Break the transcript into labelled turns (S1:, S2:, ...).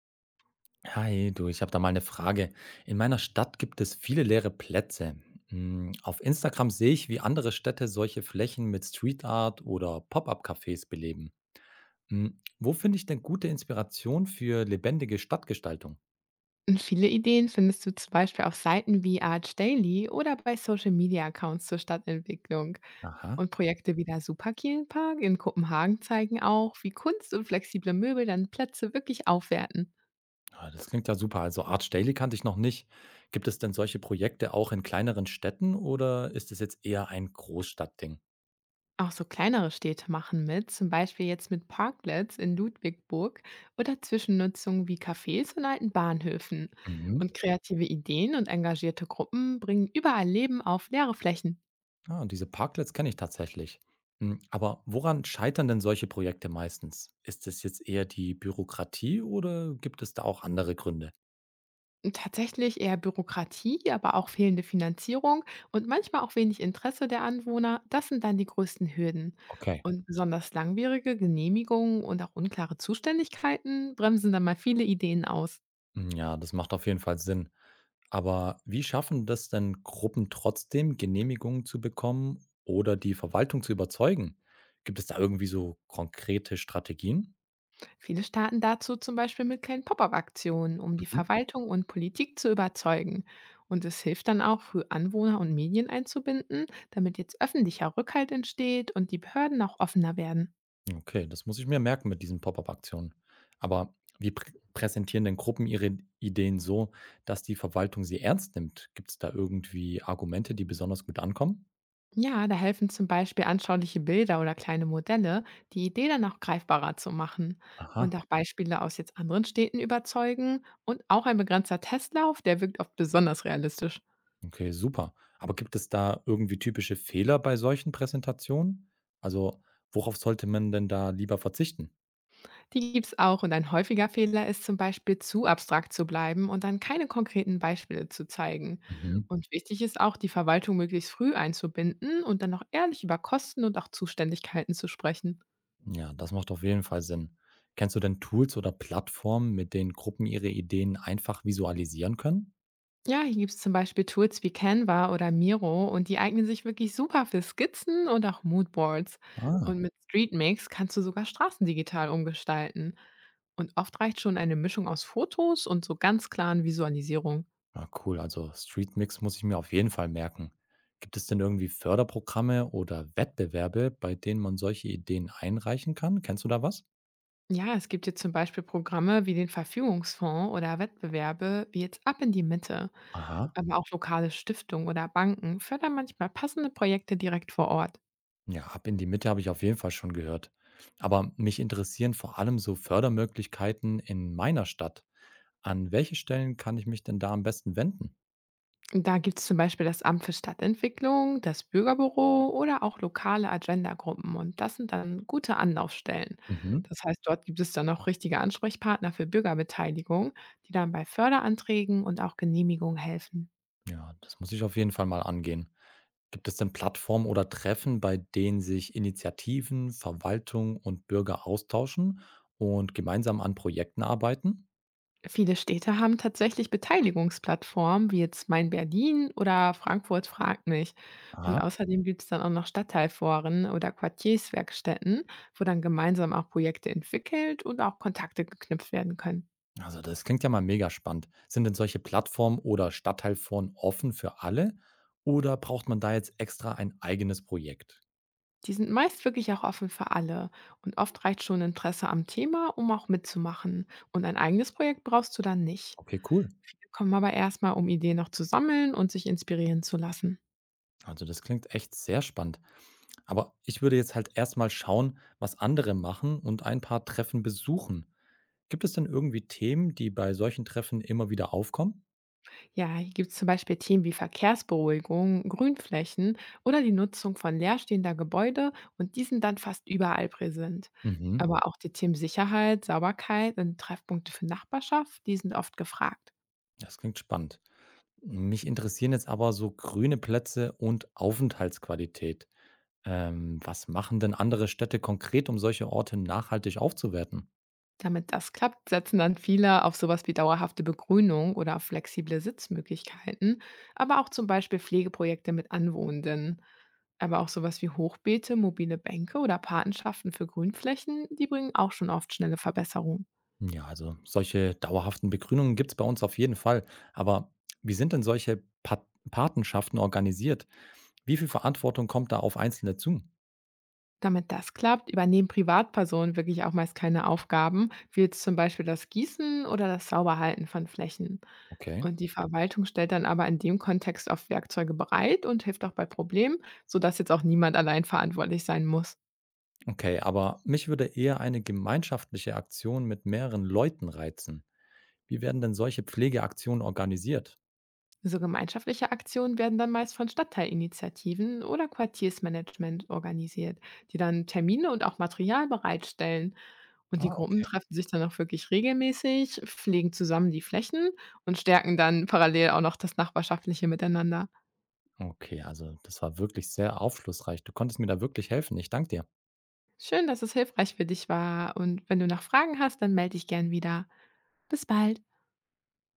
S1: Hi, du, ich habe da mal eine Frage. In meiner Stadt gibt es viele leere Plätze. Auf Instagram sehe ich, wie andere Städte solche Flächen mit Street Art oder Pop-up-Cafés beleben. Mm. Wo finde ich denn gute Inspiration für lebendige Stadtgestaltung?
S2: Und viele Ideen findest du zum Beispiel auf Seiten wie Arch Daily oder bei Social Media Accounts zur Stadtentwicklung.
S1: Aha,
S2: Und Projekte wie der Superkielenpark in Kopenhagen zeigen auch, wie Kunst und flexible Möbel dann Plätze wirklich aufwerten.
S1: ah, das klingt ja super. Also Arch Daily kannte ich noch nicht. Gibt es denn solche Projekte auch in kleineren Städten oder ist es jetzt eher ein Großstadtding?
S2: Auch so kleinere Städte machen mit, zum Beispiel jetzt mit Parklets in Ludwigsburg oder Zwischennutzungen wie Cafés und alten Bahnhöfen.
S1: Mhm.
S2: Und kreative Ideen und engagierte Gruppen bringen überall Leben auf leere Flächen.
S1: Ah, diese Parklets kenne ich tatsächlich. Aber woran scheitern denn solche Projekte meistens? Ist es jetzt eher die Bürokratie oder gibt es da auch andere Gründe?
S2: Tatsächlich eher Bürokratie, aber auch fehlende Finanzierung und manchmal auch wenig Interesse der Anwohner, das sind dann die größten Hürden.
S1: Okay.
S2: Und besonders langwierige Genehmigungen und auch unklare Zuständigkeiten bremsen dann mal viele Ideen aus.
S1: Hm, ja, das macht auf jeden Fall Sinn. Aber wie schaffen das denn Gruppen trotzdem, Genehmigungen zu bekommen oder die Verwaltung zu überzeugen? Gibt es da irgendwie so konkrete Strategien?
S2: Viele starten dazu zum Beispiel mit kleinen Pop-up-Aktionen, um die
S1: Mhm.
S2: Verwaltung und Politik zu überzeugen. Und es hilft dann auch, für Anwohner und Medien einzubinden, damit jetzt öffentlicher Rückhalt entsteht und die Behörden auch offener werden.
S1: Okay, das muss ich mir merken mit diesen Pop-up-Aktionen. Aber wie präsentieren denn Gruppen ihre Ideen so, dass die Verwaltung sie ernst nimmt? Gibt es da irgendwie Argumente, die besonders gut ankommen?
S2: Ja, da helfen zum Beispiel anschauliche Bilder oder kleine Modelle, die Idee dann auch greifbarer zu machen. Und
S1: Aha.
S2: auch Beispiele aus jetzt anderen Städten überzeugen und auch ein begrenzter Testlauf, der wirkt oft besonders realistisch.
S1: Okay, super. Aber gibt es da irgendwie typische Fehler bei solchen Präsentationen? Also, worauf sollte man denn da lieber verzichten?
S2: Die gibt's auch, und ein häufiger Fehler ist zum Beispiel zu abstrakt zu bleiben und dann keine konkreten Beispiele zu zeigen.
S1: Mhm.
S2: Und wichtig ist auch, die Verwaltung möglichst früh einzubinden und dann auch ehrlich über Kosten und auch Zuständigkeiten zu sprechen.
S1: Ja, das macht auf jeden Fall Sinn. Kennst du denn Tools oder Plattformen, mit denen Gruppen ihre Ideen einfach visualisieren können?
S2: Ja, hier gibt's zum Beispiel Tools wie Canva oder Miro, und die eignen sich wirklich super für Skizzen und auch Moodboards.
S1: Ah.
S2: Und mit Streetmix kannst du sogar Straßen digital umgestalten. Und oft reicht schon eine Mischung aus Fotos und so ganz klaren Visualisierungen.
S1: Ah, cool. Also Streetmix muss ich mir auf jeden Fall merken. Gibt es denn irgendwie Förderprogramme oder Wettbewerbe, bei denen man solche Ideen einreichen kann? Kennst du da was?
S2: Ja, es gibt jetzt zum Beispiel Programme wie den Verfügungsfonds oder Wettbewerbe wie jetzt Ab in die Mitte.
S1: Aha.
S2: Aber auch lokale Stiftungen oder Banken fördern manchmal passende Projekte direkt vor Ort.
S1: Ja, ab in die Mitte habe ich auf jeden Fall schon gehört. Aber mich interessieren vor allem so Fördermöglichkeiten in meiner Stadt. An welche Stellen kann ich mich denn da am besten wenden?
S2: Da gibt es zum Beispiel das Amt für Stadtentwicklung, das Bürgerbüro oder auch lokale Agenda-Gruppen. Und das sind dann gute Anlaufstellen.
S1: Mhm.
S2: Das heißt, dort gibt es dann auch richtige Ansprechpartner für Bürgerbeteiligung, die dann bei Förderanträgen und auch Genehmigungen helfen.
S1: Ja, das muss ich auf jeden Fall mal angehen. Gibt es denn Plattformen oder Treffen, bei denen sich Initiativen, Verwaltung und Bürger austauschen und gemeinsam an Projekten arbeiten?
S2: Viele Städte haben tatsächlich Beteiligungsplattformen, wie jetzt Mein Berlin oder Frankfurt fragt mich. Und
S1: Aha.
S2: außerdem gibt es dann auch noch Stadtteilforen oder Quartierswerkstätten, wo dann gemeinsam auch Projekte entwickelt und auch Kontakte geknüpft werden können.
S1: Also das klingt ja mal mega spannend. Sind denn solche Plattformen oder Stadtteilforen offen für alle oder braucht man da jetzt extra ein eigenes Projekt?
S2: Die sind meist wirklich auch offen für alle. Und oft reicht schon Interesse am Thema, um auch mitzumachen. Und ein eigenes Projekt brauchst du dann nicht.
S1: Okay, cool.
S2: Viele kommen aber erstmal, um Ideen noch zu sammeln und sich inspirieren zu lassen.
S1: Also das klingt echt sehr spannend. Aber ich würde jetzt halt erstmal schauen, was andere machen und ein paar Treffen besuchen. Gibt es denn irgendwie Themen, die bei solchen Treffen immer wieder aufkommen?
S2: Ja, hier gibt es zum Beispiel Themen wie Verkehrsberuhigung, Grünflächen oder die Nutzung von leerstehender Gebäude, und die sind dann fast überall präsent.
S1: Mhm.
S2: Aber auch die Themen Sicherheit, Sauberkeit und Treffpunkte für Nachbarschaft, die sind oft gefragt.
S1: Das klingt spannend. Mich interessieren jetzt aber so grüne Plätze und Aufenthaltsqualität. Was machen denn andere Städte konkret, um solche Orte nachhaltig aufzuwerten?
S2: Damit das klappt, setzen dann viele auf sowas wie dauerhafte Begrünung oder auf flexible Sitzmöglichkeiten, aber auch zum Beispiel Pflegeprojekte mit Anwohnenden. Aber auch sowas wie Hochbeete, mobile Bänke oder Patenschaften für Grünflächen, die bringen auch schon oft schnelle Verbesserungen.
S1: Ja, also solche dauerhaften Begrünungen gibt es bei uns auf jeden Fall. Aber wie sind denn solche Patenschaften organisiert? Wie viel Verantwortung kommt da auf Einzelne zu?
S2: Damit das klappt, übernehmen Privatpersonen wirklich auch meist keine Aufgaben, wie jetzt zum Beispiel das Gießen oder das Sauberhalten von Flächen.
S1: Okay.
S2: Und die Verwaltung stellt dann aber in dem Kontext oft Werkzeuge bereit und hilft auch bei Problemen, sodass jetzt auch niemand allein verantwortlich sein muss.
S1: Okay, aber mich würde eher eine gemeinschaftliche Aktion mit mehreren Leuten reizen. Wie werden denn solche Pflegeaktionen organisiert?
S2: So gemeinschaftliche Aktionen werden dann meist von Stadtteilinitiativen oder Quartiersmanagement organisiert, die dann Termine und auch Material bereitstellen. Und die
S1: Ah,
S2: Gruppen treffen sich dann auch wirklich regelmäßig, pflegen zusammen die Flächen und stärken dann parallel auch noch das nachbarschaftliche Miteinander.
S1: okay, also das war wirklich sehr aufschlussreich. Du konntest mir da wirklich helfen. Ich danke dir.
S2: Schön, dass es hilfreich für dich war. Und wenn du noch Fragen hast, dann melde dich gern wieder. Bis bald.